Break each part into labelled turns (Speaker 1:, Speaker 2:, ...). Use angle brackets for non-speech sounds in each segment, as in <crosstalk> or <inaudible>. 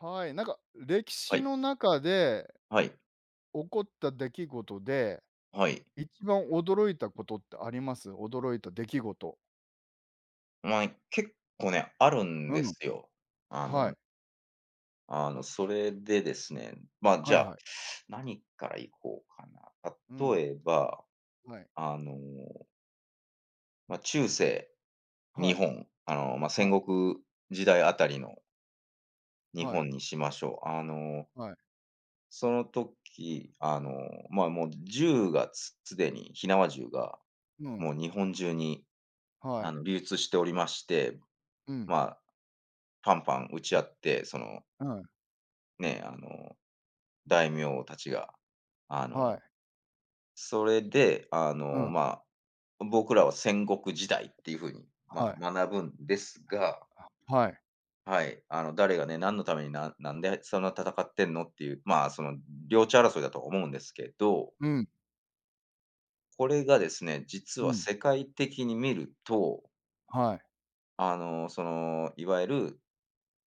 Speaker 1: はい、なんか歴
Speaker 2: は
Speaker 1: 史
Speaker 2: い、
Speaker 1: の中で
Speaker 2: はい、
Speaker 1: 起こった出来事で、
Speaker 2: はい。
Speaker 1: 一番驚いたことってあります？驚いた出来事。
Speaker 2: まあね、結構ね、あるん
Speaker 1: う
Speaker 2: で
Speaker 1: ん、
Speaker 2: すよ。あ
Speaker 1: は
Speaker 2: の
Speaker 1: い、
Speaker 2: それでですね、まあ、じ
Speaker 1: は
Speaker 2: ゃ
Speaker 1: い
Speaker 2: あ、
Speaker 1: はい。
Speaker 2: 何からいこうかな。
Speaker 1: うん、
Speaker 2: 例えば、
Speaker 1: はい、
Speaker 2: あの、まあ、中世日
Speaker 1: はい、
Speaker 2: 本、まあ、戦
Speaker 1: はい、
Speaker 2: 国時代あたりの日
Speaker 1: はい、
Speaker 2: 本にしましょう。
Speaker 1: はい、
Speaker 2: その時、まあ、もう銃がすすでに火縄銃が、
Speaker 1: う
Speaker 2: も
Speaker 1: ん、
Speaker 2: う日本中に、
Speaker 1: はい、
Speaker 2: 流通しておりまして、
Speaker 1: うん、
Speaker 2: まあ、パンパン撃ち合って、その
Speaker 1: うん、
Speaker 2: ね、大名たちが。あ
Speaker 1: は
Speaker 2: の、
Speaker 1: い、
Speaker 2: それで、
Speaker 1: うん、
Speaker 2: まあ、僕らは戦国時代っていう風に、
Speaker 1: は
Speaker 2: ま
Speaker 1: い、
Speaker 2: あ、学ぶんですが、
Speaker 1: はい、
Speaker 2: はい、誰がね、何のためにななんでそんな戦ってんのっていう、まあ、その領地争いだと思うんですけど、
Speaker 1: うん、
Speaker 2: これがですね、実
Speaker 1: う
Speaker 2: は
Speaker 1: ん、
Speaker 2: 世界的に見ると、
Speaker 1: はい、
Speaker 2: その、いわゆる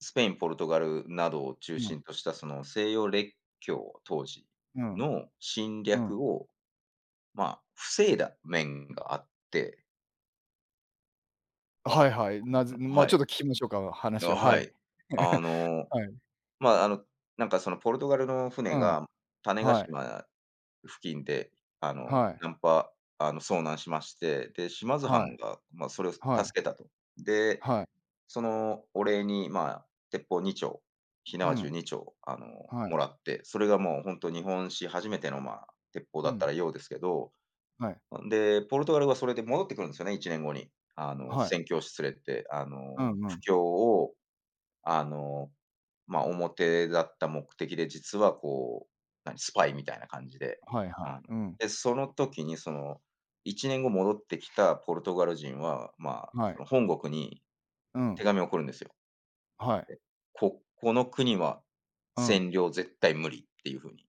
Speaker 2: スペイン、ポルトガルなどを中
Speaker 1: うん、
Speaker 2: 心としたその西洋列強当時
Speaker 1: うん、
Speaker 2: の侵
Speaker 1: うん。
Speaker 2: 略をまあ、防いだ面があって、
Speaker 1: はいはい、なぜま、
Speaker 2: は
Speaker 1: ちょっ
Speaker 2: い。
Speaker 1: と聞きましょうか、
Speaker 2: あ、
Speaker 1: 話は、は
Speaker 2: は
Speaker 1: い。
Speaker 2: い。あ
Speaker 1: <laughs>
Speaker 2: の、
Speaker 1: はい、
Speaker 2: まあ、なんかそのポルトガルの
Speaker 1: う
Speaker 2: 船
Speaker 1: ん、
Speaker 2: が種子
Speaker 1: はい、
Speaker 2: 島付近で、あの、
Speaker 1: はい、
Speaker 2: ナンパ、あの、遭難しまして、で、島津
Speaker 1: は
Speaker 2: 藩
Speaker 1: い、
Speaker 2: が、まあ、それを助
Speaker 1: はい、
Speaker 2: けたと。で、
Speaker 1: はい、
Speaker 2: そのお礼に、まあ、鉄砲2丁、火
Speaker 1: う
Speaker 2: 縄銃
Speaker 1: ん、
Speaker 2: 2丁、
Speaker 1: は
Speaker 2: も
Speaker 1: い、
Speaker 2: らって、それがもう本当日本史初めての、まあ、鉄砲
Speaker 1: う
Speaker 2: だった
Speaker 1: ん。
Speaker 2: らようですけど
Speaker 1: はい。
Speaker 2: で、ポルトガルはそれで戻ってくるんですよね、1年後に。
Speaker 1: はい。
Speaker 2: 宣教師連れて、
Speaker 1: うんう
Speaker 2: 布
Speaker 1: ん。
Speaker 2: 教を、あの、まあ、表だった目的で、実はこう、スパイみたいな感じで、
Speaker 1: はいはい。
Speaker 2: あの、
Speaker 1: うん。
Speaker 2: で、その時にその、1年後戻ってきたポルトガル人は、まあ、
Speaker 1: は
Speaker 2: そ
Speaker 1: い。
Speaker 2: の本国に
Speaker 1: う
Speaker 2: 手
Speaker 1: ん。
Speaker 2: 紙を送るんですよ。
Speaker 1: はい。
Speaker 2: で、ここの国は
Speaker 1: うん。
Speaker 2: 占領絶対無理っていう風に、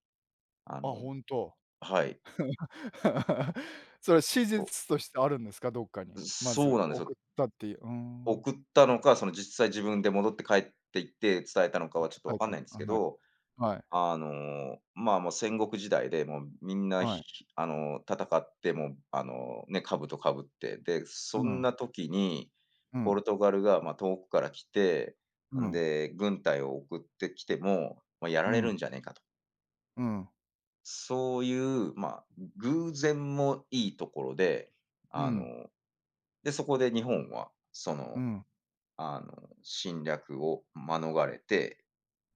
Speaker 2: あ
Speaker 1: あ、
Speaker 2: の
Speaker 1: 本当。
Speaker 2: はい、
Speaker 1: <laughs> それは史
Speaker 2: そ
Speaker 1: 実としてあるんですか？どっかに。
Speaker 2: う、
Speaker 1: ま
Speaker 2: そ
Speaker 1: ず
Speaker 2: うなんです
Speaker 1: 送
Speaker 2: よ。
Speaker 1: ったっていう。うーん。
Speaker 2: 送ったのか、その実際自分で戻って帰って行って伝えたのかはちょっとわ
Speaker 1: 伝え
Speaker 2: かん
Speaker 1: たの
Speaker 2: ないんです
Speaker 1: あ
Speaker 2: け
Speaker 1: はい。
Speaker 2: ど、
Speaker 1: はい。
Speaker 2: まあ、もう戦国時代で、もうみんな、
Speaker 1: はい。
Speaker 2: あの、戦って、もう、ね、兜かぶって、で、
Speaker 1: う
Speaker 2: そん
Speaker 1: ん。
Speaker 2: な時に、
Speaker 1: う
Speaker 2: ポ
Speaker 1: ん。
Speaker 2: ルトガルが、ま、遠くから来て、
Speaker 1: う
Speaker 2: ん
Speaker 1: ん。
Speaker 2: で、軍隊を送ってきても、まあ、やら
Speaker 1: う
Speaker 2: れる
Speaker 1: ん。
Speaker 2: んじゃねえかと。
Speaker 1: うん。
Speaker 2: そういう、まあ、偶然もいいところで、
Speaker 1: う
Speaker 2: あ
Speaker 1: ん。
Speaker 2: の、で、そこで日本は、
Speaker 1: うん。
Speaker 2: あの、侵略を免れて、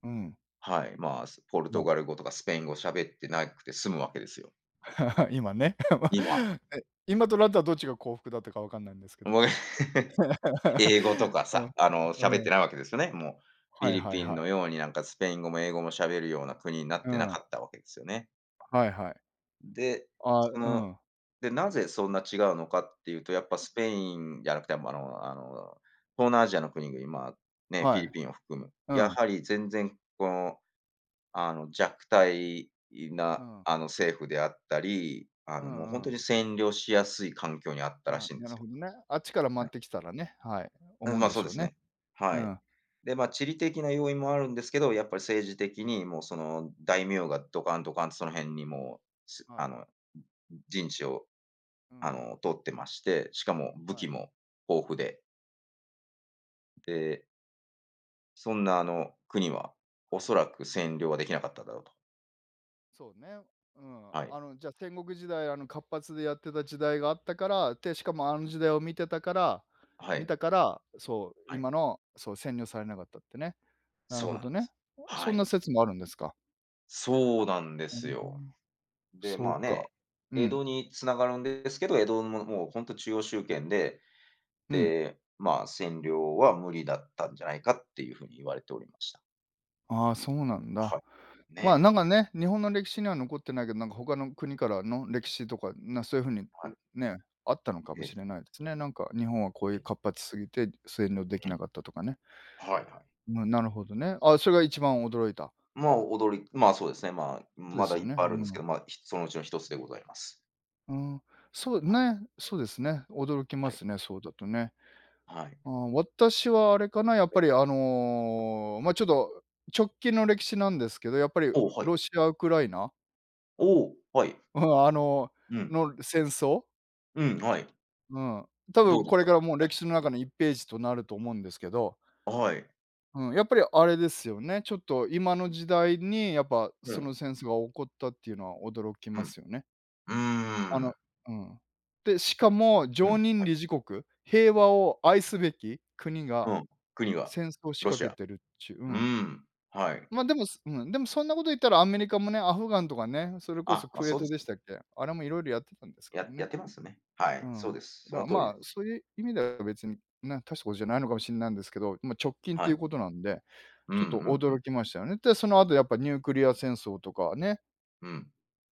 Speaker 1: うん。
Speaker 2: はい、まあ、ポルト
Speaker 1: ね
Speaker 2: ガル語とかスペイン語喋ってなくて済むわけですよ、
Speaker 1: <laughs>。今ね。
Speaker 2: 今。
Speaker 1: <laughs> え、今となっタはどっちが幸福だったかわかんないんですけど。
Speaker 2: もう <laughs>、英語と
Speaker 1: <laughs>
Speaker 2: か
Speaker 1: う
Speaker 2: さ、
Speaker 1: ん。う
Speaker 2: 喋っ
Speaker 1: ん。
Speaker 2: てないわけですよね、もう。フ
Speaker 1: は
Speaker 2: ィ
Speaker 1: い
Speaker 2: リ
Speaker 1: はい
Speaker 2: ピン
Speaker 1: はい。
Speaker 2: のようになんかスペイン語も英語も喋るような国になっ
Speaker 1: う
Speaker 2: てなか
Speaker 1: ん。
Speaker 2: ったわけですよね。
Speaker 1: はいはい。
Speaker 2: で、
Speaker 1: あ、
Speaker 2: そ
Speaker 1: う
Speaker 2: の、
Speaker 1: ん。
Speaker 2: で、なぜそんな違うのかっていうと、やっぱスペインじゃなくて、東南アジアの国々、まあ、ね、フ
Speaker 1: は
Speaker 2: ィリ
Speaker 1: い。
Speaker 2: ピンを含む、
Speaker 1: う
Speaker 2: や
Speaker 1: ん、
Speaker 2: はり全然この弱体
Speaker 1: う
Speaker 2: な、
Speaker 1: ん、
Speaker 2: 政府であったり、
Speaker 1: う
Speaker 2: もう本
Speaker 1: んう
Speaker 2: 当
Speaker 1: ん。
Speaker 2: に占領しやすい環境にあったらし
Speaker 1: は
Speaker 2: いん
Speaker 1: い、
Speaker 2: で
Speaker 1: な
Speaker 2: す
Speaker 1: る
Speaker 2: よ。
Speaker 1: ほどね。あっちから回
Speaker 2: は
Speaker 1: っ
Speaker 2: い。
Speaker 1: てきたらね、はい、
Speaker 2: うん、
Speaker 1: 思うん
Speaker 2: ま、
Speaker 1: で
Speaker 2: そう
Speaker 1: し
Speaker 2: で
Speaker 1: ょう
Speaker 2: す
Speaker 1: ね。
Speaker 2: ね。
Speaker 1: う
Speaker 2: はい。
Speaker 1: ん。
Speaker 2: で、ま、地理的な要因もあるんですけど、やっぱり政治的にもうその大名がドカンドカンとその辺にもう、
Speaker 1: は
Speaker 2: あ
Speaker 1: い。
Speaker 2: の、陣地を、
Speaker 1: うん。
Speaker 2: 取ってまして、しかも
Speaker 1: は
Speaker 2: 武
Speaker 1: い、は
Speaker 2: 器
Speaker 1: い。
Speaker 2: も豊富で、で、そんな、国はおそらく
Speaker 1: うん、
Speaker 2: 占領はできなかっただろうと。
Speaker 1: そうね。うん。
Speaker 2: はい。
Speaker 1: あの、じゃ、戦国時代、あの、活発でやってた時代があったから、で、しかもあの時代を見てたから
Speaker 2: は
Speaker 1: 見
Speaker 2: い。
Speaker 1: たから、そう、
Speaker 2: はい。
Speaker 1: 今の、そう、占領されなかったってね。なる
Speaker 2: そう
Speaker 1: ほ
Speaker 2: なんで
Speaker 1: どね。
Speaker 2: す。は
Speaker 1: そん
Speaker 2: い。
Speaker 1: な説もあるんですか。
Speaker 2: そうなんで
Speaker 1: う
Speaker 2: す
Speaker 1: ん、
Speaker 2: よ。で、
Speaker 1: そ
Speaker 2: ま
Speaker 1: う
Speaker 2: あ
Speaker 1: か。
Speaker 2: ね、
Speaker 1: う
Speaker 2: 江
Speaker 1: ん、
Speaker 2: 戸に繋がるんですけど、江戸ももうほんと中央集権で、
Speaker 1: うん。
Speaker 2: で、まあ、占領は無理だったんじゃないかっていうふうに言われておりました。
Speaker 1: ああ、そうなん
Speaker 2: は
Speaker 1: だ。
Speaker 2: い。
Speaker 1: まあ、
Speaker 2: ね、
Speaker 1: なんかね、日本の歴史には残ってないけど、なんか他の国からの歴史とか、なそういう風に、
Speaker 2: はい。
Speaker 1: うね、あったのかもし
Speaker 2: え
Speaker 1: れないですね。なんか日本はこうい
Speaker 2: は
Speaker 1: う
Speaker 2: い。
Speaker 1: 活発すぎて占領で
Speaker 2: う
Speaker 1: きな
Speaker 2: ん。
Speaker 1: かったとかね。
Speaker 2: はいはい。
Speaker 1: うん、なるほどね。あ、それが一番驚いた。
Speaker 2: まあ、まあ、そうですね、まあ、
Speaker 1: そうで
Speaker 2: まだ
Speaker 1: すよ
Speaker 2: いっ
Speaker 1: ね。
Speaker 2: ぱいあ
Speaker 1: う
Speaker 2: るんですけ
Speaker 1: ん。
Speaker 2: ど、まあ、そのうちの一つでございます。
Speaker 1: うん。そうね、そうですね。驚きま
Speaker 2: はい。
Speaker 1: すね、そうだとね。
Speaker 2: はい。
Speaker 1: あー私はあれかな、やっ
Speaker 2: は
Speaker 1: ぱ
Speaker 2: い。
Speaker 1: りあの、ま、ちょっと直近の歴史なんですけど、やっぱり
Speaker 2: おお、はい。
Speaker 1: ロシア、ウクライナ、
Speaker 2: おお、はい。
Speaker 1: うん、あの、
Speaker 2: うん。
Speaker 1: の戦争
Speaker 2: うん、はい。
Speaker 1: うん。多
Speaker 2: どう
Speaker 1: 分
Speaker 2: で
Speaker 1: こ
Speaker 2: す
Speaker 1: れ
Speaker 2: か？
Speaker 1: からもう
Speaker 2: はい。
Speaker 1: 歴史の中の1ページとなると思うんですけど、
Speaker 2: はい。
Speaker 1: うん、やっぱりあれですよね、ちょっと今の時代にやっぱ
Speaker 2: う
Speaker 1: そ
Speaker 2: ん、
Speaker 1: の戦争が起こったっていうのは驚き
Speaker 2: う
Speaker 1: ま
Speaker 2: ん。
Speaker 1: すよね。
Speaker 2: うー
Speaker 1: あ
Speaker 2: ん。
Speaker 1: のうん。で、しかも
Speaker 2: うん。
Speaker 1: 常任理事国、平和を愛すべき国
Speaker 2: う
Speaker 1: が
Speaker 2: ん、国が、
Speaker 1: 戦争を仕
Speaker 2: ロ
Speaker 1: 掛
Speaker 2: シ
Speaker 1: け
Speaker 2: ア。
Speaker 1: てるっちゅう、う
Speaker 2: う
Speaker 1: ん。
Speaker 2: ーん、はい。
Speaker 1: ま、でも、すうん、でもそんなこと言ったらアメリカもね、アフガンとかね、それこ
Speaker 2: あ、
Speaker 1: そ
Speaker 2: まあ、
Speaker 1: クウェ
Speaker 2: そ
Speaker 1: ー
Speaker 2: うで
Speaker 1: ト
Speaker 2: す。
Speaker 1: でしたっけ、あれもいろいろやってたんですけど
Speaker 2: やっ
Speaker 1: ね。
Speaker 2: てますね。は
Speaker 1: う
Speaker 2: い、そ
Speaker 1: ん。
Speaker 2: うです。そ
Speaker 1: だ
Speaker 2: の
Speaker 1: から、
Speaker 2: 通り
Speaker 1: ま
Speaker 2: で
Speaker 1: あ、
Speaker 2: す。
Speaker 1: そういう意味では別に、な大したことじゃないのかもしれないんですけど、まあ、直近っ
Speaker 2: は
Speaker 1: てい
Speaker 2: い。
Speaker 1: うことなんで、
Speaker 2: うんう
Speaker 1: ちょっと
Speaker 2: んう
Speaker 1: 驚きましたよね。で、その後やっぱニュークリア戦争とかね、
Speaker 2: んうん。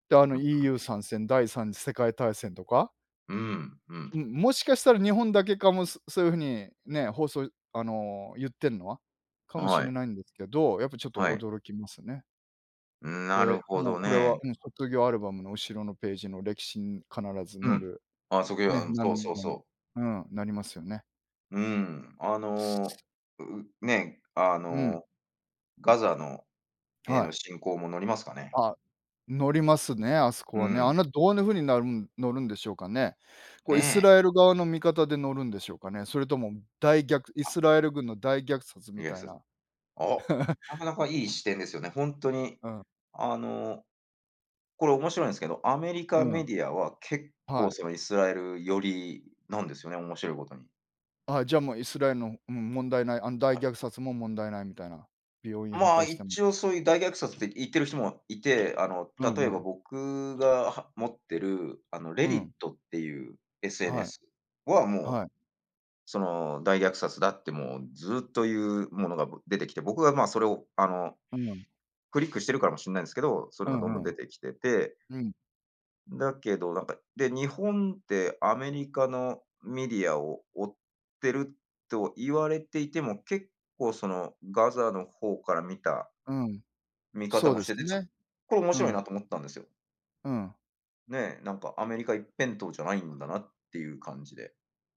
Speaker 1: で、あの EU 参戦、第3次世界大戦とか、
Speaker 2: うん、うん。
Speaker 1: うん、もしかしたら日本だけかも、そそういう風にね、放送あの、言ってんのは、かもし
Speaker 2: はい、
Speaker 1: れないんですけど、やっぱちょっと
Speaker 2: はい。
Speaker 1: 驚きますね。
Speaker 2: なる
Speaker 1: で、
Speaker 2: ほ
Speaker 1: もう
Speaker 2: ど
Speaker 1: これ
Speaker 2: ね。
Speaker 1: は、うん、卒業アルバムの後ろのページの歴史に必ず
Speaker 2: う
Speaker 1: 載
Speaker 2: ん。
Speaker 1: る、
Speaker 2: あ、そこは
Speaker 1: ね、
Speaker 2: うん、そう
Speaker 1: 何
Speaker 2: そう
Speaker 1: 々
Speaker 2: そう。
Speaker 1: うん、なりますよね。
Speaker 2: うーん、ね、
Speaker 1: うん。
Speaker 2: ガザのへ
Speaker 1: は
Speaker 2: の
Speaker 1: い。
Speaker 2: 侵攻も乗りますかね。
Speaker 1: あ、乗りますね、あそこ
Speaker 2: う
Speaker 1: はね。あ
Speaker 2: ん、
Speaker 1: んなどういな風になるん乗るんでしょうかね。こうイス
Speaker 2: ねえ。
Speaker 1: ラエル側の味方で乗るんでしょうかね。それとも大逆イ
Speaker 2: あ、
Speaker 1: スラエル軍の大虐殺
Speaker 2: い
Speaker 1: み
Speaker 2: や、
Speaker 1: たいな。
Speaker 2: あ、
Speaker 1: <laughs>
Speaker 2: なかなかいい視点ですよね。ほんとに、
Speaker 1: うん、
Speaker 2: あのーこれ面白いんですけど、アメリ
Speaker 1: う
Speaker 2: カメ
Speaker 1: ん、
Speaker 2: ディアは結構
Speaker 1: はい。
Speaker 2: そのイスラエル寄りなんですよね、面白いことに。
Speaker 1: あ、じゃあもうイスラエルの、うん、問題ない、あの大
Speaker 2: はい。
Speaker 1: 虐殺も問題ないみたいな。病院破
Speaker 2: まあ、
Speaker 1: 壊しても。
Speaker 2: 一応そういう大虐殺って言ってる人もいて、
Speaker 1: うん
Speaker 2: 例え
Speaker 1: う
Speaker 2: ば
Speaker 1: ん、
Speaker 2: 僕は持ってる、レ e
Speaker 1: う
Speaker 2: d
Speaker 1: ん、
Speaker 2: d っていう
Speaker 1: はい、
Speaker 2: SNS はもう、
Speaker 1: はい。
Speaker 2: その大虐殺だってもうずっというものが出てきて、僕がまあそれを
Speaker 1: うん、
Speaker 2: クリックしてるからもしれないんですけど、そうい
Speaker 1: う
Speaker 2: うのが
Speaker 1: ん
Speaker 2: どんど
Speaker 1: う
Speaker 2: ん出
Speaker 1: ん、
Speaker 2: てきてて
Speaker 1: うん、
Speaker 2: だけど、なんか、で、日本ってアメリカのメディアを追ってると言われていても、結構そのガザの方から見た
Speaker 1: うん。
Speaker 2: 見方
Speaker 1: そう
Speaker 2: も
Speaker 1: で
Speaker 2: し
Speaker 1: す
Speaker 2: てて、ちょっと
Speaker 1: ね。
Speaker 2: これ面
Speaker 1: う
Speaker 2: 白いな
Speaker 1: ん、
Speaker 2: と思ったんですよ。
Speaker 1: うん。
Speaker 2: ねえ、なんかアメリカ一辺倒じゃないんだなっていう感じで。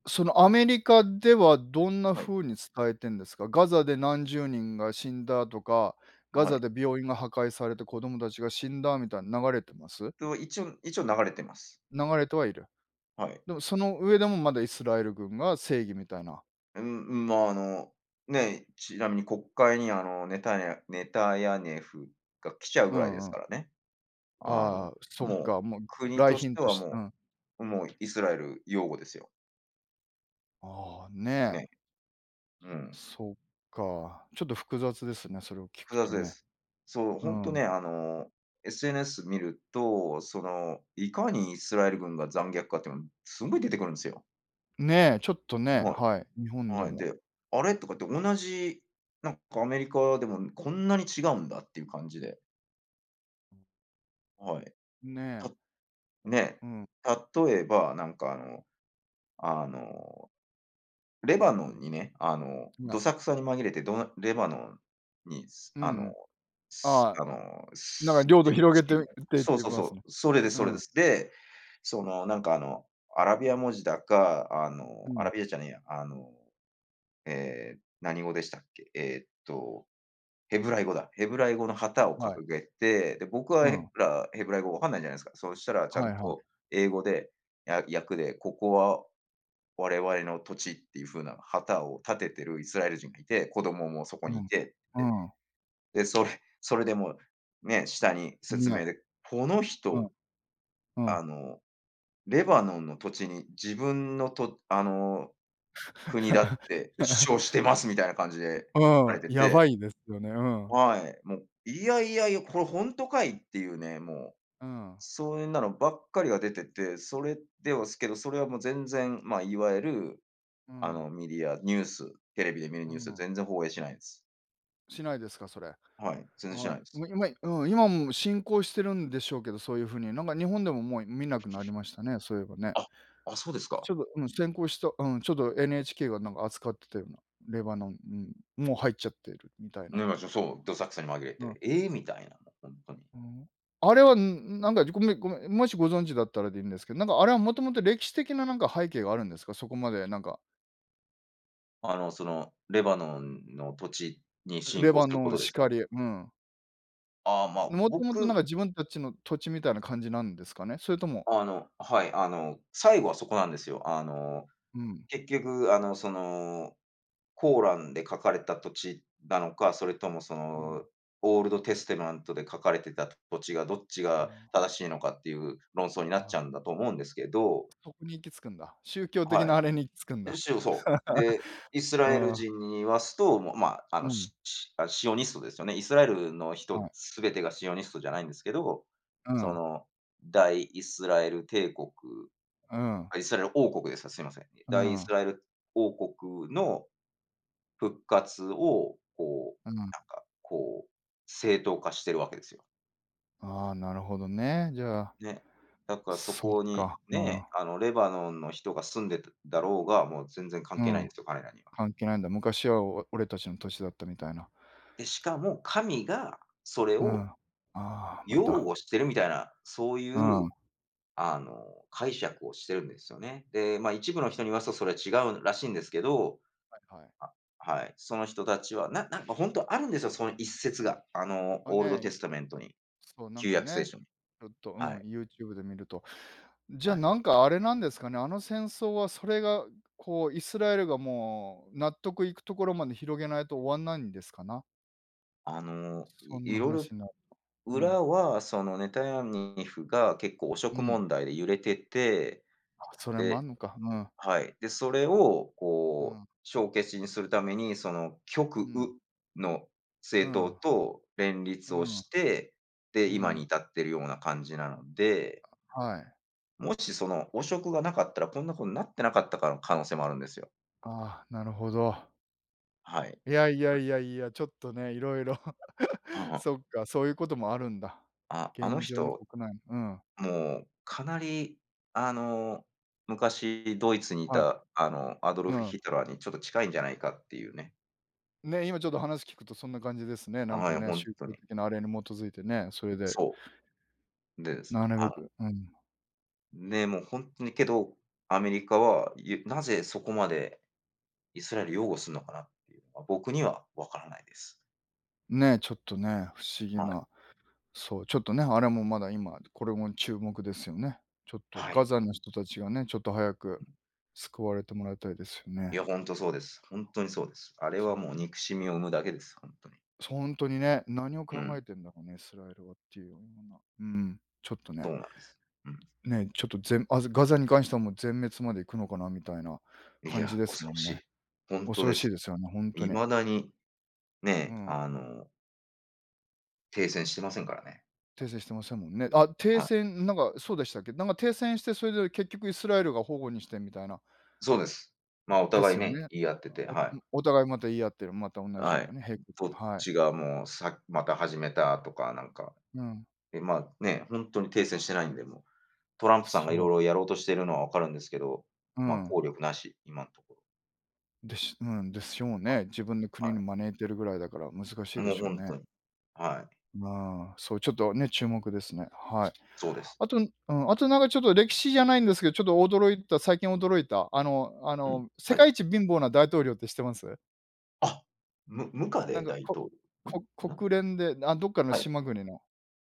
Speaker 1: そのアメリカではどんな
Speaker 2: はい。
Speaker 1: 風に伝えてんですか？ガザで何十人が死んだとか、ガ
Speaker 2: はい。
Speaker 1: ザで病院が破壊されて子供たちが死んだみたいな流れてます？
Speaker 2: と、一応流れてます。
Speaker 1: 流れてはいる。
Speaker 2: はい。
Speaker 1: でもその上でもまだイスラエル軍が正義みたいな。
Speaker 2: うん、うん、まあ、ねえ、ちなみに国会にあのネタニヤネタヤネフが来ちゃう
Speaker 1: う
Speaker 2: ぐらいで
Speaker 1: ん
Speaker 2: す
Speaker 1: う
Speaker 2: か
Speaker 1: ん。
Speaker 2: らね。あの、うん。
Speaker 1: ああ、そっ
Speaker 2: もう、
Speaker 1: か、もう
Speaker 2: 国
Speaker 1: 来
Speaker 2: とし
Speaker 1: 賓
Speaker 2: て
Speaker 1: と
Speaker 2: は
Speaker 1: してうん。
Speaker 2: もうイスラエル擁護ですよ。
Speaker 1: ああ、ねえ、
Speaker 2: ね。うん。
Speaker 1: そっか。ちょっと複雑ですね、それを聞
Speaker 2: 複
Speaker 1: くと
Speaker 2: 雑で
Speaker 1: ね。
Speaker 2: す。そう、
Speaker 1: う
Speaker 2: ほんと
Speaker 1: ん。
Speaker 2: ね、SNS 見ると、その、いかにイスラエル軍が残虐かっていうの、すごい出てくるんですよ。
Speaker 1: ねえ、ちょっとね、
Speaker 2: はい、
Speaker 1: はい、日本で
Speaker 2: はい。
Speaker 1: も。
Speaker 2: で、あれとかって同じ、なんかアメリカでもこんなに違うんだっていう感じで、はい。た
Speaker 1: ねえ、
Speaker 2: ね、
Speaker 1: うん、
Speaker 2: 例えば、あのレバノンにね、
Speaker 1: は
Speaker 2: ど
Speaker 1: い。
Speaker 2: さくさに紛れて、どなレバノンに、す
Speaker 1: うん
Speaker 2: あの、
Speaker 1: うん。あ
Speaker 2: す
Speaker 1: あ。
Speaker 2: あの、
Speaker 1: なんか
Speaker 2: す
Speaker 1: 領
Speaker 2: し
Speaker 1: 土
Speaker 2: ん
Speaker 1: 広
Speaker 2: シ
Speaker 1: げ
Speaker 2: リ
Speaker 1: てっ
Speaker 2: ア
Speaker 1: て言っ
Speaker 2: そう
Speaker 1: て
Speaker 2: そう
Speaker 1: ます
Speaker 2: そ
Speaker 1: ね。
Speaker 2: う、それです
Speaker 1: う
Speaker 2: それで
Speaker 1: ん、
Speaker 2: す。で、その、なんか、アラビア文字だか、
Speaker 1: う
Speaker 2: アラ
Speaker 1: ん、
Speaker 2: ビアじゃねえや、何語でしたっけ、ヘブライ語だ。ヘブライ語の旗を
Speaker 1: はい、
Speaker 2: 掲げて、で、僕は
Speaker 1: うん、
Speaker 2: ヘブライ語わかんないじゃないですか。そしたらちゃ
Speaker 1: はい
Speaker 2: ん
Speaker 1: はい、
Speaker 2: と英語で、訳で、ここは我々の土地っていう風な旗を立ててるイスラエル人がいて、子供もそこに
Speaker 1: う
Speaker 2: い
Speaker 1: ん、
Speaker 2: て、で、で、それそれでもう、ね、下に
Speaker 1: うん、
Speaker 2: 説
Speaker 1: ね、
Speaker 2: 明で、この
Speaker 1: う
Speaker 2: 人、
Speaker 1: ん、う
Speaker 2: あ
Speaker 1: ん。
Speaker 2: の、レバノンの土地に自分のとあの、国だって主張し
Speaker 1: <laughs>
Speaker 2: てますみたいな感じで書か
Speaker 1: う
Speaker 2: れ
Speaker 1: ん、
Speaker 2: て
Speaker 1: や
Speaker 2: て、
Speaker 1: ばいですよね、うん、
Speaker 2: はい、もう、いやいやいや、これほんとかいっていうね、もう、
Speaker 1: うん、
Speaker 2: そんなのばっかりが出てて、それではすけど、それはもう全然、まあ、いわゆる
Speaker 1: うん、
Speaker 2: メディア、ニュース、テレビで見る
Speaker 1: う
Speaker 2: ニュース
Speaker 1: ん。
Speaker 2: 全然放映しないです。
Speaker 1: しないですか、それ。
Speaker 2: はい、全然し
Speaker 1: は
Speaker 2: ないで
Speaker 1: い。
Speaker 2: す。
Speaker 1: もう今うん、今も進行してるんでしょうけど、そういう風に、なんか日本でももう見なくなりましたね、そういえばね。
Speaker 2: あ、あ、そうです
Speaker 1: ち
Speaker 2: か。
Speaker 1: ょっと、うん、先行したうん、ちょっと NHK がなんか扱ってたような、レバノン、うん、もう入っちゃってるみたい
Speaker 2: ね、
Speaker 1: な。
Speaker 2: ま、ちょそう、どさくさに紛れ
Speaker 1: うん。
Speaker 2: て、ええ、みたいな、もうほんとに。
Speaker 1: うん。あれは、ん、なんか、ごめんごめん、もしご存知だったらでいいんですけど、なんかあれはもともと歴史的ななんか背景があるんですか？そこまでなんか、
Speaker 2: その、レバノンの土地に侵
Speaker 1: レ
Speaker 2: 攻す
Speaker 1: バ
Speaker 2: るこ
Speaker 1: ノン
Speaker 2: とで
Speaker 1: し
Speaker 2: す
Speaker 1: か
Speaker 2: か？
Speaker 1: り、うん。
Speaker 2: ああ、ま、
Speaker 1: もともとな
Speaker 2: 僕、
Speaker 1: んか自分たちの土地みたいな感じなんですかね？それとも
Speaker 2: あのはい、あの、最後はそこなんですよ。あの、
Speaker 1: うん、うん、
Speaker 2: 結局、あの、その、コーランで書かれた土地なのか、それともその、オールドテステマントで書かれてた土地がどっち
Speaker 1: あ
Speaker 2: が
Speaker 1: の、
Speaker 2: 正しいのかっていう論争にな
Speaker 1: あ
Speaker 2: っちゃ
Speaker 1: あ、
Speaker 2: うんだと思うんですけど、
Speaker 1: そこに行き着くんだ。宗教的
Speaker 2: は
Speaker 1: な
Speaker 2: い。
Speaker 1: あれに行き着くん
Speaker 2: で、
Speaker 1: だ。
Speaker 2: しそう。で、イス
Speaker 1: う
Speaker 2: ラエル
Speaker 1: ん、
Speaker 2: 人に言わすと、もう、まあ、あの、
Speaker 1: うん、
Speaker 2: ししあ、シオニストですよね。イスラエルの
Speaker 1: は
Speaker 2: 人
Speaker 1: い、
Speaker 2: 全てがシオニストじゃないんですけど、
Speaker 1: う
Speaker 2: そ
Speaker 1: ん、
Speaker 2: の、大イスラエル帝国、
Speaker 1: うん、
Speaker 2: あ、イスラエル王国ですか、すいません。
Speaker 1: う
Speaker 2: 大イス
Speaker 1: ん、
Speaker 2: ラエル王国の復活を、こう、
Speaker 1: うん。
Speaker 2: なんか、こう、正当化してるわけですよ。
Speaker 1: ああ、なるほどね。じゃあ、
Speaker 2: ね。だからそ
Speaker 1: そっ
Speaker 2: こに、
Speaker 1: か、う
Speaker 2: ね、
Speaker 1: ん、
Speaker 2: あの、レバノンの人が住んでただろうが、もう全然関
Speaker 1: う
Speaker 2: 係ないん
Speaker 1: ん、
Speaker 2: ですよ、彼らには。
Speaker 1: 関係ないんだ。昔はお俺たちの土地だったみたいな。
Speaker 2: で、しかも神がそれ
Speaker 1: うん。
Speaker 2: を
Speaker 1: ああ、ま
Speaker 2: 擁
Speaker 1: た。
Speaker 2: 護してるみたいな、そうい
Speaker 1: う
Speaker 2: う、
Speaker 1: ん。は
Speaker 2: あの、解釈をしてるんですよね。で、ま、一部の人に言わすとそれは違うらしいんですけど、
Speaker 1: いはい。
Speaker 2: あ、はい、その人たちは、なんか本当あるんですよ、その一節が。あの、
Speaker 1: あ、
Speaker 2: オールド
Speaker 1: ね、
Speaker 2: テ
Speaker 1: い
Speaker 2: スタメントに、
Speaker 1: そう、なん
Speaker 2: 旧
Speaker 1: か
Speaker 2: 約聖
Speaker 1: ね、
Speaker 2: 書に。
Speaker 1: ちょっと、う
Speaker 2: は
Speaker 1: ん、
Speaker 2: い、
Speaker 1: YouTube で見ると。じゃ
Speaker 2: は
Speaker 1: あ、
Speaker 2: い。
Speaker 1: なんかあれなんですかね、あの戦争はそれが、こう、イスラエルがもう納得いくところまで広げないと終わんないんですかな？
Speaker 2: あの、い
Speaker 1: そん
Speaker 2: い
Speaker 1: な
Speaker 2: ろいろ
Speaker 1: 話になるうん、
Speaker 2: 裏はそのネタニヤニフが結構汚
Speaker 1: う
Speaker 2: 職
Speaker 1: ん。
Speaker 2: 問題で揺れてて、
Speaker 1: あ、それもあ
Speaker 2: で、
Speaker 1: んのか。うん、
Speaker 2: はい。で、それを
Speaker 1: う
Speaker 2: こう
Speaker 1: ん、
Speaker 2: 帳消しにするために、その
Speaker 1: う
Speaker 2: 極
Speaker 1: ん、
Speaker 2: 右の
Speaker 1: う
Speaker 2: 政党
Speaker 1: ん、
Speaker 2: と連
Speaker 1: う
Speaker 2: 立を
Speaker 1: ん、
Speaker 2: して、で、
Speaker 1: う
Speaker 2: 今に
Speaker 1: ん、
Speaker 2: 至ってるような感じなので、
Speaker 1: はい。
Speaker 2: もしその汚職がなかったら、こんなことになってなかったかの可能性もあるんですよ。
Speaker 1: ああ、なるほど。
Speaker 2: はい。
Speaker 1: いやいやいやいや、ちょっとね、いろいろ <laughs>
Speaker 2: あ
Speaker 1: そっか、そういうこともあるんだ。
Speaker 2: あ、ああの
Speaker 1: 現状の
Speaker 2: 人
Speaker 1: 国内のうん、
Speaker 2: もう、かなり、あの、昔ドイツにい
Speaker 1: はい、
Speaker 2: た、あの、アドル
Speaker 1: う
Speaker 2: フ・
Speaker 1: ん。
Speaker 2: ヒトラーにちょっと近いんじゃないかっていうね。
Speaker 1: ね、今ちょっと話聞くとそんな感じですね。なん
Speaker 2: は
Speaker 1: か
Speaker 2: い、
Speaker 1: ね、
Speaker 2: ほん
Speaker 1: 宗
Speaker 2: と
Speaker 1: 教
Speaker 2: に。
Speaker 1: 的なあれに基づいてね、それで
Speaker 2: そう。でです
Speaker 1: な
Speaker 2: よ。
Speaker 1: るべ
Speaker 2: は
Speaker 1: くうん。
Speaker 2: い。で、もうほんとにけど、アメリカは、なぜそこまでイスラエル擁護すんのかなっていうのは、僕には分からないです。
Speaker 1: ね、ちょっとね、不思議
Speaker 2: はい。
Speaker 1: な、そう、ちょっとね、あれもまだ今、これも注目ですよね。ちょっと
Speaker 2: は
Speaker 1: ガ
Speaker 2: い。
Speaker 1: ザの人たちがね、ちょっと早く救われてもらいたいですよ
Speaker 2: い
Speaker 1: ね。
Speaker 2: や、ほんとそうです。ほんとにそうです。あれ
Speaker 1: そ
Speaker 2: はもう
Speaker 1: う。
Speaker 2: 憎しみを生むだけです、ほんとに。
Speaker 1: そ、ほにね、何を
Speaker 2: う
Speaker 1: 考え
Speaker 2: ん、
Speaker 1: てんだろうね、イスラエルはっていうような、うん、ちょっと
Speaker 2: そ
Speaker 1: ね
Speaker 2: うなんです。うん。
Speaker 1: ね、ちょっと全あ、ガザに関してはもう全滅まで行くのかなみたいな
Speaker 2: い
Speaker 1: 感じ
Speaker 2: や、
Speaker 1: です
Speaker 2: 恐ろ
Speaker 1: もん
Speaker 2: し
Speaker 1: ね。
Speaker 2: い。ほんと
Speaker 1: 恐ろ
Speaker 2: で
Speaker 1: しい
Speaker 2: す。
Speaker 1: ですよね、ほんとに。
Speaker 2: 未だに
Speaker 1: う
Speaker 2: ね、
Speaker 1: ん。
Speaker 2: あの、停戦してませんからね。
Speaker 1: 停戦してませんもんね。あ、停
Speaker 2: はい。
Speaker 1: 戦なんかそうでしたっけ？なんか停戦して、それで結局イスラエルが保護にしてみたいな、
Speaker 2: そうです。まあ、お
Speaker 1: で
Speaker 2: 互
Speaker 1: す
Speaker 2: い
Speaker 1: よ
Speaker 2: ね、
Speaker 1: ね。
Speaker 2: 言い合ってて、
Speaker 1: お
Speaker 2: はい。
Speaker 1: お互いまた言い合ってる、また同じよ
Speaker 2: は
Speaker 1: う
Speaker 2: い。
Speaker 1: なね、へいく
Speaker 2: どっ
Speaker 1: はい。
Speaker 2: ちがもう、また始めたとか、なんか、
Speaker 1: うん、
Speaker 2: え、ま、ね、本当に停戦してないんで、もう、トランプさんがいろ
Speaker 1: そ
Speaker 2: い
Speaker 1: う、
Speaker 2: ろやろうとしてるのはわかるんですけど、
Speaker 1: う
Speaker 2: まあ、
Speaker 1: ん。
Speaker 2: 効力なし、今のところ。
Speaker 1: でしうん、でしょう
Speaker 2: はい、
Speaker 1: ね。自分の国
Speaker 2: は
Speaker 1: に招いてるぐらいだから難し
Speaker 2: い。
Speaker 1: いで
Speaker 2: もう
Speaker 1: しょう
Speaker 2: 本
Speaker 1: ね。
Speaker 2: 当に。はい、
Speaker 1: まあ、そう、ちょっとね、注目ですね。はい。
Speaker 2: そうです。
Speaker 1: あと、うん、あとなんかちょっと歴史じゃないんですけど、ちょっと驚いた最近驚いた、あのあ
Speaker 2: うん、
Speaker 1: の、世
Speaker 2: はい。
Speaker 1: 界一貧乏な大統領って知ってます？
Speaker 2: あ、むムカ
Speaker 1: な
Speaker 2: デ
Speaker 1: んか、
Speaker 2: 大
Speaker 1: こ
Speaker 2: 統領ん？
Speaker 1: こ国連で、あ、どっかの
Speaker 2: はい、
Speaker 1: 島国の、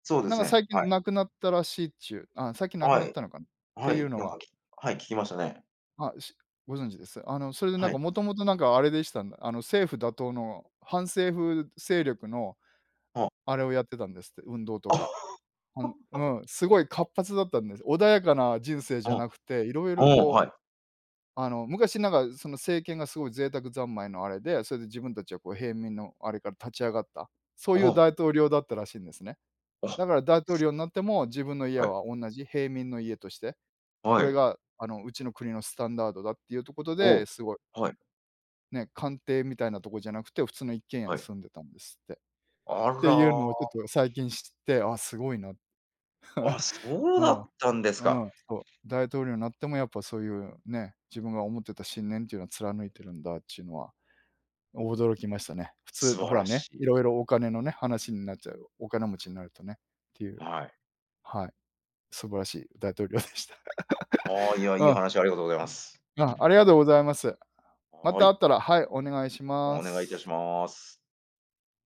Speaker 2: そうで
Speaker 1: なん
Speaker 2: す
Speaker 1: か
Speaker 2: ね、
Speaker 1: 最
Speaker 2: は
Speaker 1: 近
Speaker 2: い。
Speaker 1: 亡くなったらしいっちゅう、あ、最近亡く
Speaker 2: は
Speaker 1: なっ
Speaker 2: い、
Speaker 1: たのかなっ
Speaker 2: は
Speaker 1: ていう
Speaker 2: い、
Speaker 1: の
Speaker 2: なんか、
Speaker 1: が、
Speaker 2: はい、聞きましたね。
Speaker 1: あ、しご存知です？あの、それでなん
Speaker 2: は
Speaker 1: か
Speaker 2: い。
Speaker 1: もともとなんかあれでしたんだ、あの、政府打倒の反政府勢力の
Speaker 2: あ
Speaker 1: あれをやってたんですって、運動と
Speaker 2: あ。
Speaker 1: か。う
Speaker 2: う
Speaker 1: ん
Speaker 2: ん、
Speaker 1: うん、すごい活発だったんです。穏やかな人生じゃ
Speaker 2: お
Speaker 1: なくて、いろいろ
Speaker 2: お、
Speaker 1: こ
Speaker 2: は
Speaker 1: う
Speaker 2: い。
Speaker 1: あの、昔なんかその政権がすごい贅沢三昧のあれで、それで自分たちはこう平民のあれから立ち上がった、そう
Speaker 2: お
Speaker 1: いう
Speaker 2: お、
Speaker 1: 大統領だったらしいんですね。だから大統領になっても自分の家
Speaker 2: はい、
Speaker 1: は同じ平民の家として、
Speaker 2: は
Speaker 1: これ
Speaker 2: い、
Speaker 1: があの、うちの国のスタンダードだっていうとこと
Speaker 2: お
Speaker 1: で、
Speaker 2: お、
Speaker 1: すごい、
Speaker 2: はい、
Speaker 1: ね、官邸みたいなとこじゃなくて、普通の一軒家
Speaker 2: は
Speaker 1: に
Speaker 2: い。
Speaker 1: 住んでたんですって。っ
Speaker 2: あ
Speaker 1: ていうの
Speaker 2: ら、
Speaker 1: をちょっと最近知って、あ、すごいな。
Speaker 2: あ、そう
Speaker 1: う
Speaker 2: だ
Speaker 1: ん、
Speaker 2: ったんです
Speaker 1: う
Speaker 2: か。
Speaker 1: ん、そう。大統領になってもやっぱそういうね、自分が思ってた信念っていうのは貫いてるんだっていうのは驚きましたね。普通
Speaker 2: 素
Speaker 1: の
Speaker 2: 晴
Speaker 1: ほら
Speaker 2: らし
Speaker 1: ね、
Speaker 2: い。
Speaker 1: いろいろお金のね、話になっちゃう。お金持ちになるとね、っていう、
Speaker 2: はい。
Speaker 1: はい、素晴らしい大統領でした。
Speaker 2: ああ、いや、
Speaker 1: <laughs>
Speaker 2: いい
Speaker 1: うん、
Speaker 2: 話ありがとうございます。
Speaker 1: あ、ありがとうございます。ま
Speaker 2: は
Speaker 1: た会っ
Speaker 2: い、
Speaker 1: たら、はい、お願いしま
Speaker 2: お願いいたし
Speaker 1: す。
Speaker 2: ます。